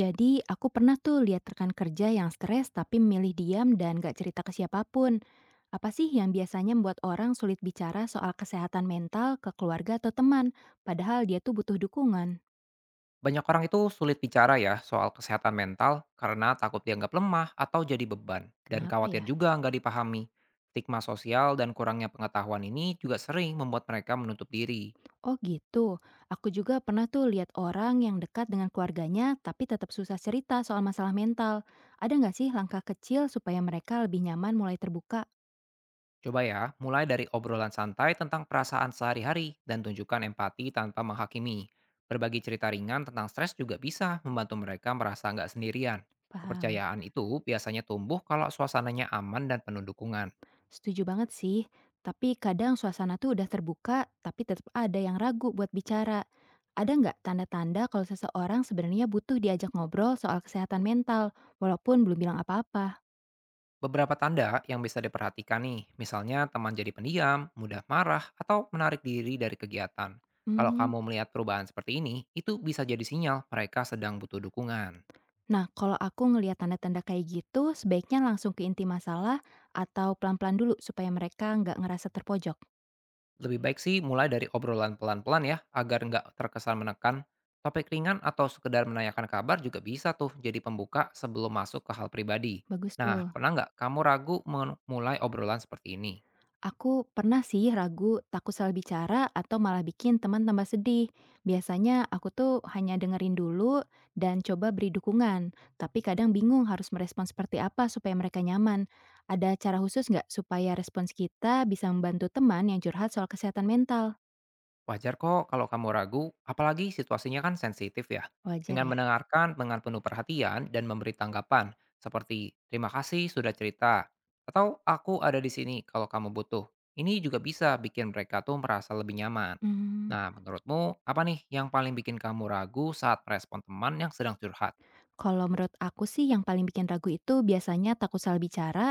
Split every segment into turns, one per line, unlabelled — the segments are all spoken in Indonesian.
Jadi aku pernah tuh lihat rekan kerja yang stres tapi memilih diam dan gak cerita ke siapapun. Apa sih yang biasanya membuat orang sulit bicara soal kesehatan mental ke keluarga atau teman, padahal dia tuh butuh dukungan?
Banyak orang itu sulit bicara ya soal kesehatan mental karena takut dianggap lemah atau jadi beban, dan
Kenapa
khawatir
ya?
juga nggak dipahami. Stigma sosial dan kurangnya pengetahuan ini juga sering membuat mereka menutup diri.
Oh gitu. Aku juga pernah tuh lihat orang yang dekat dengan keluarganya tapi tetap susah cerita soal masalah mental. Ada nggak sih langkah kecil supaya mereka lebih nyaman mulai terbuka?
Coba ya, mulai dari obrolan santai tentang perasaan sehari-hari dan tunjukkan empati tanpa menghakimi. Berbagi cerita ringan tentang stres juga bisa membantu mereka merasa nggak sendirian.
Paham.
Kepercayaan itu biasanya tumbuh kalau suasananya aman dan penuh dukungan.
Setuju banget sih, tapi kadang suasana tuh udah terbuka, tapi tetap ada yang ragu buat bicara. Ada nggak tanda-tanda kalau seseorang sebenarnya butuh diajak ngobrol soal kesehatan mental, walaupun belum bilang apa-apa?
Beberapa tanda yang bisa diperhatikan nih, misalnya teman jadi pendiam, mudah marah, atau menarik diri dari kegiatan. Kalau
Hmm.
kamu melihat perubahan seperti ini, itu bisa jadi sinyal mereka sedang butuh dukungan.
Nah, kalau aku ngelihat tanda-tanda kayak gitu, sebaiknya langsung ke inti masalah atau pelan-pelan dulu supaya mereka nggak ngerasa terpojok.
Lebih baik sih mulai dari obrolan pelan-pelan ya, agar nggak terkesan menekan. Topik ringan atau sekedar menanyakan kabar juga bisa tuh jadi pembuka sebelum masuk ke hal pribadi.
Bagus
Nah,
tuh.
pernah nggak kamu ragu memulai obrolan seperti ini?
Aku pernah sih ragu, takut salah bicara, atau malah bikin teman tambah sedih. Biasanya aku tuh hanya dengerin dulu dan coba beri dukungan, tapi kadang bingung harus merespon seperti apa supaya mereka nyaman. Ada cara khusus nggak supaya respons kita bisa membantu teman yang curhat soal kesehatan mental?
Wajar kok kalau kamu ragu, apalagi situasinya kan sensitif ya.
Wajar
Dengan
ya?
mendengarkan dengan penuh perhatian dan memberi tanggapan, seperti terima kasih sudah cerita, atau aku ada di sini kalau kamu butuh. Ini juga bisa bikin mereka tuh merasa lebih nyaman.
Hmm.
Nah, menurutmu apa nih yang paling bikin kamu ragu saat merespon teman yang sedang curhat?
Kalau menurut aku sih yang paling bikin ragu itu biasanya takut salah bicara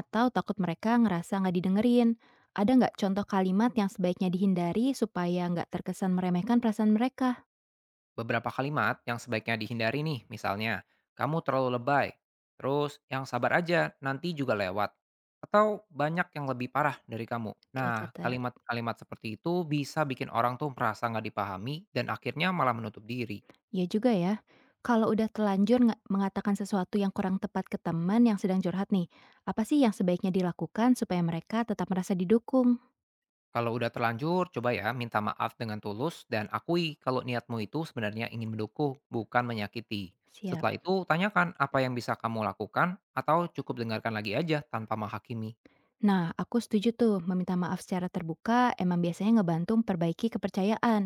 atau takut mereka ngerasa nggak didengerin. Ada nggak contoh kalimat yang sebaiknya dihindari supaya nggak terkesan meremehkan perasaan mereka?
Beberapa kalimat yang sebaiknya dihindari nih, misalnya, kamu terlalu lebay, terus yang sabar aja, nanti juga lewat, atau banyak yang lebih parah dari kamu.
Oke,
Nah,
catat.
kalimat-kalimat seperti itu bisa bikin orang tuh merasa nggak dipahami dan akhirnya malah menutup diri.
Ya juga ya. Kalau udah telanjur mengatakan sesuatu yang kurang tepat ke teman yang sedang curhat nih, apa sih yang sebaiknya dilakukan supaya mereka tetap merasa didukung?
Kalau udah terlanjur, coba ya minta maaf dengan tulus dan akui kalau niatmu itu sebenarnya ingin mendukung, bukan menyakiti.
Siap.
Setelah itu, tanyakan apa yang bisa kamu lakukan atau cukup dengarkan lagi aja tanpa menghakimi.
Nah, aku setuju tuh, meminta maaf secara terbuka emang biasanya ngebantu memperbaiki kepercayaan.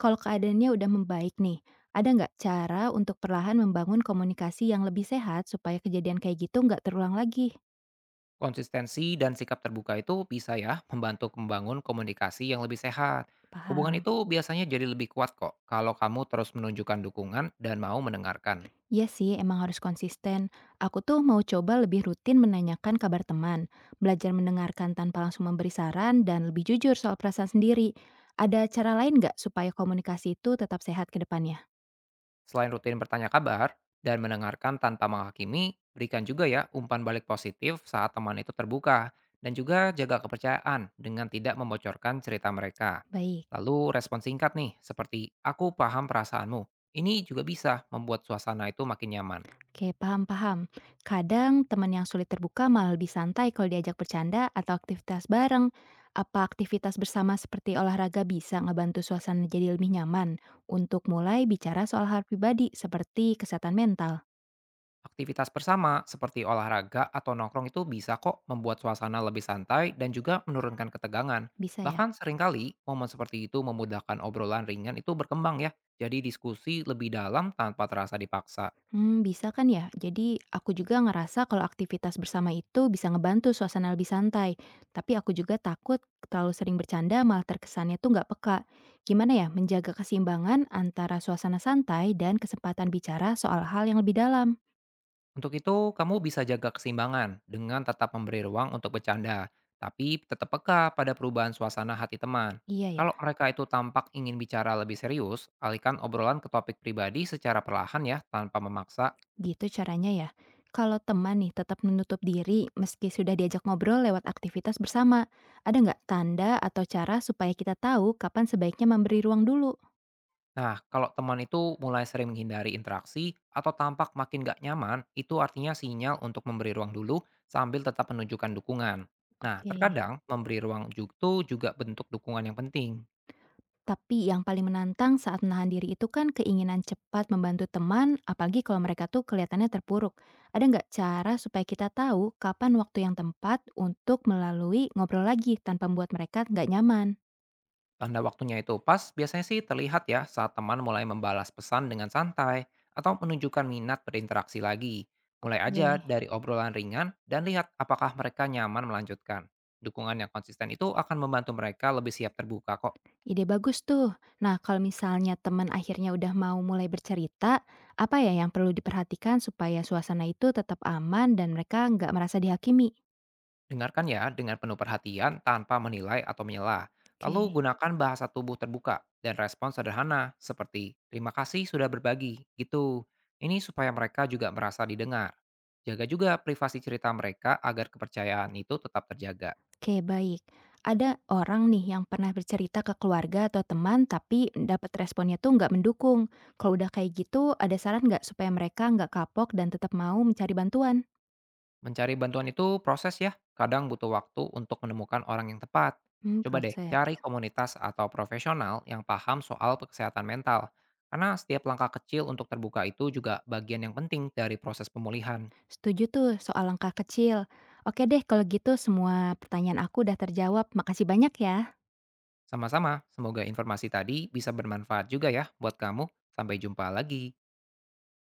Kalau keadaannya udah membaik nih, ada nggak cara untuk perlahan membangun komunikasi yang lebih sehat supaya kejadian kayak gitu nggak terulang lagi?
Konsistensi dan sikap terbuka itu bisa ya membantu membangun komunikasi yang lebih sehat. Hubungan
Paham.
itu biasanya jadi lebih kuat kok kalau kamu terus menunjukkan dukungan dan mau mendengarkan.
Iya sih, emang harus konsisten. Aku tuh mau coba lebih rutin menanyakan kabar teman, belajar mendengarkan tanpa langsung memberi saran, dan lebih jujur soal perasaan sendiri. Ada cara lain nggak supaya komunikasi itu tetap sehat ke depannya?
Selain rutin bertanya kabar dan mendengarkan tanpa menghakimi, berikan juga ya umpan balik positif saat teman itu terbuka dan juga jaga kepercayaan dengan tidak membocorkan cerita mereka.
Baik.
Lalu respon singkat nih, seperti aku paham perasaanmu. Ini juga bisa membuat suasana itu makin nyaman.
Oke, paham-paham. Kadang teman yang sulit terbuka malah lebih santai kalau diajak bercanda atau aktivitas bareng. Apa aktivitas bersama seperti olahraga bisa ngebantu suasana jadi lebih nyaman untuk mulai bicara soal hal pribadi seperti kesehatan mental?
Aktivitas bersama seperti olahraga atau nongkrong itu bisa kok membuat suasana lebih santai dan juga menurunkan ketegangan.
Bisa ya?
Bahkan seringkali momen seperti itu memudahkan obrolan ringan itu berkembang ya. Jadi diskusi lebih dalam tanpa terasa dipaksa.
Mmm, bisa kan ya? Jadi aku juga ngerasa kalau aktivitas bersama itu bisa ngebantu suasana lebih santai. Tapi aku juga takut terlalu sering bercanda malah terkesannya tuh nggak peka. Gimana ya menjaga keseimbangan antara suasana santai dan kesempatan bicara soal hal yang lebih dalam?
Untuk itu, kamu bisa jaga keseimbangan dengan tetap memberi ruang untuk bercanda, tapi tetap peka pada perubahan suasana hati teman.
Iya ya,
Kalau mereka itu tampak ingin bicara lebih serius, alihkan obrolan ke topik pribadi secara perlahan ya, tanpa memaksa.
gitu caranya ya. Kalau teman nih tetap menutup diri meski sudah diajak ngobrol lewat aktivitas bersama, ada nggak tanda atau cara supaya kita tahu kapan sebaiknya memberi ruang dulu?
Nah, kalau teman itu mulai sering menghindari interaksi atau tampak makin gak nyaman, itu artinya sinyal untuk memberi ruang dulu sambil tetap menunjukkan dukungan. Nah,
Oke.
terkadang memberi ruang itu juga bentuk dukungan yang penting.
Tapi yang paling menantang saat menahan diri itu kan keinginan cepat membantu teman, apalagi kalau mereka tuh kelihatannya terpuruk. Ada nggak cara supaya kita tahu kapan waktu yang tepat untuk melalui ngobrol lagi tanpa membuat mereka nggak nyaman?
Tanda waktunya itu pas biasanya sih terlihat ya saat teman mulai membalas pesan dengan santai atau menunjukkan minat berinteraksi lagi. Mulai aja
Oke,
dari obrolan ringan dan lihat apakah mereka nyaman melanjutkan. Dukungan yang konsisten itu akan membantu mereka lebih siap terbuka kok.
ide bagus tuh. Nah, kalau misalnya teman akhirnya udah mau mulai bercerita, apa ya yang perlu diperhatikan supaya suasana itu tetap aman dan mereka nggak merasa dihakimi?
Dengarkan ya dengan penuh perhatian tanpa menilai atau menyela. Lalu
Oke.
gunakan bahasa tubuh terbuka dan respon sederhana seperti terima kasih sudah berbagi gitu. Ini supaya mereka juga merasa didengar. Jaga juga privasi cerita mereka agar kepercayaan itu tetap terjaga.
Oke, baik. Ada orang nih yang pernah bercerita ke keluarga atau teman, tapi dapat responnya tuh nggak mendukung. Kalau udah kayak gitu, ada saran nggak supaya mereka nggak kapok dan tetap mau mencari bantuan?
Mencari bantuan itu proses ya. Kadang butuh waktu untuk menemukan orang yang tepat.
Hmm,
Coba deh
proses.
cari komunitas atau profesional yang paham soal kesehatan mental. Karena setiap langkah kecil untuk terbuka itu juga bagian yang penting dari proses pemulihan.
Setuju tuh soal langkah kecil. Oke deh, kalau gitu semua pertanyaan aku udah terjawab. Makasih banyak ya.
Sama-sama, semoga informasi tadi bisa bermanfaat juga ya buat kamu. Sampai jumpa lagi.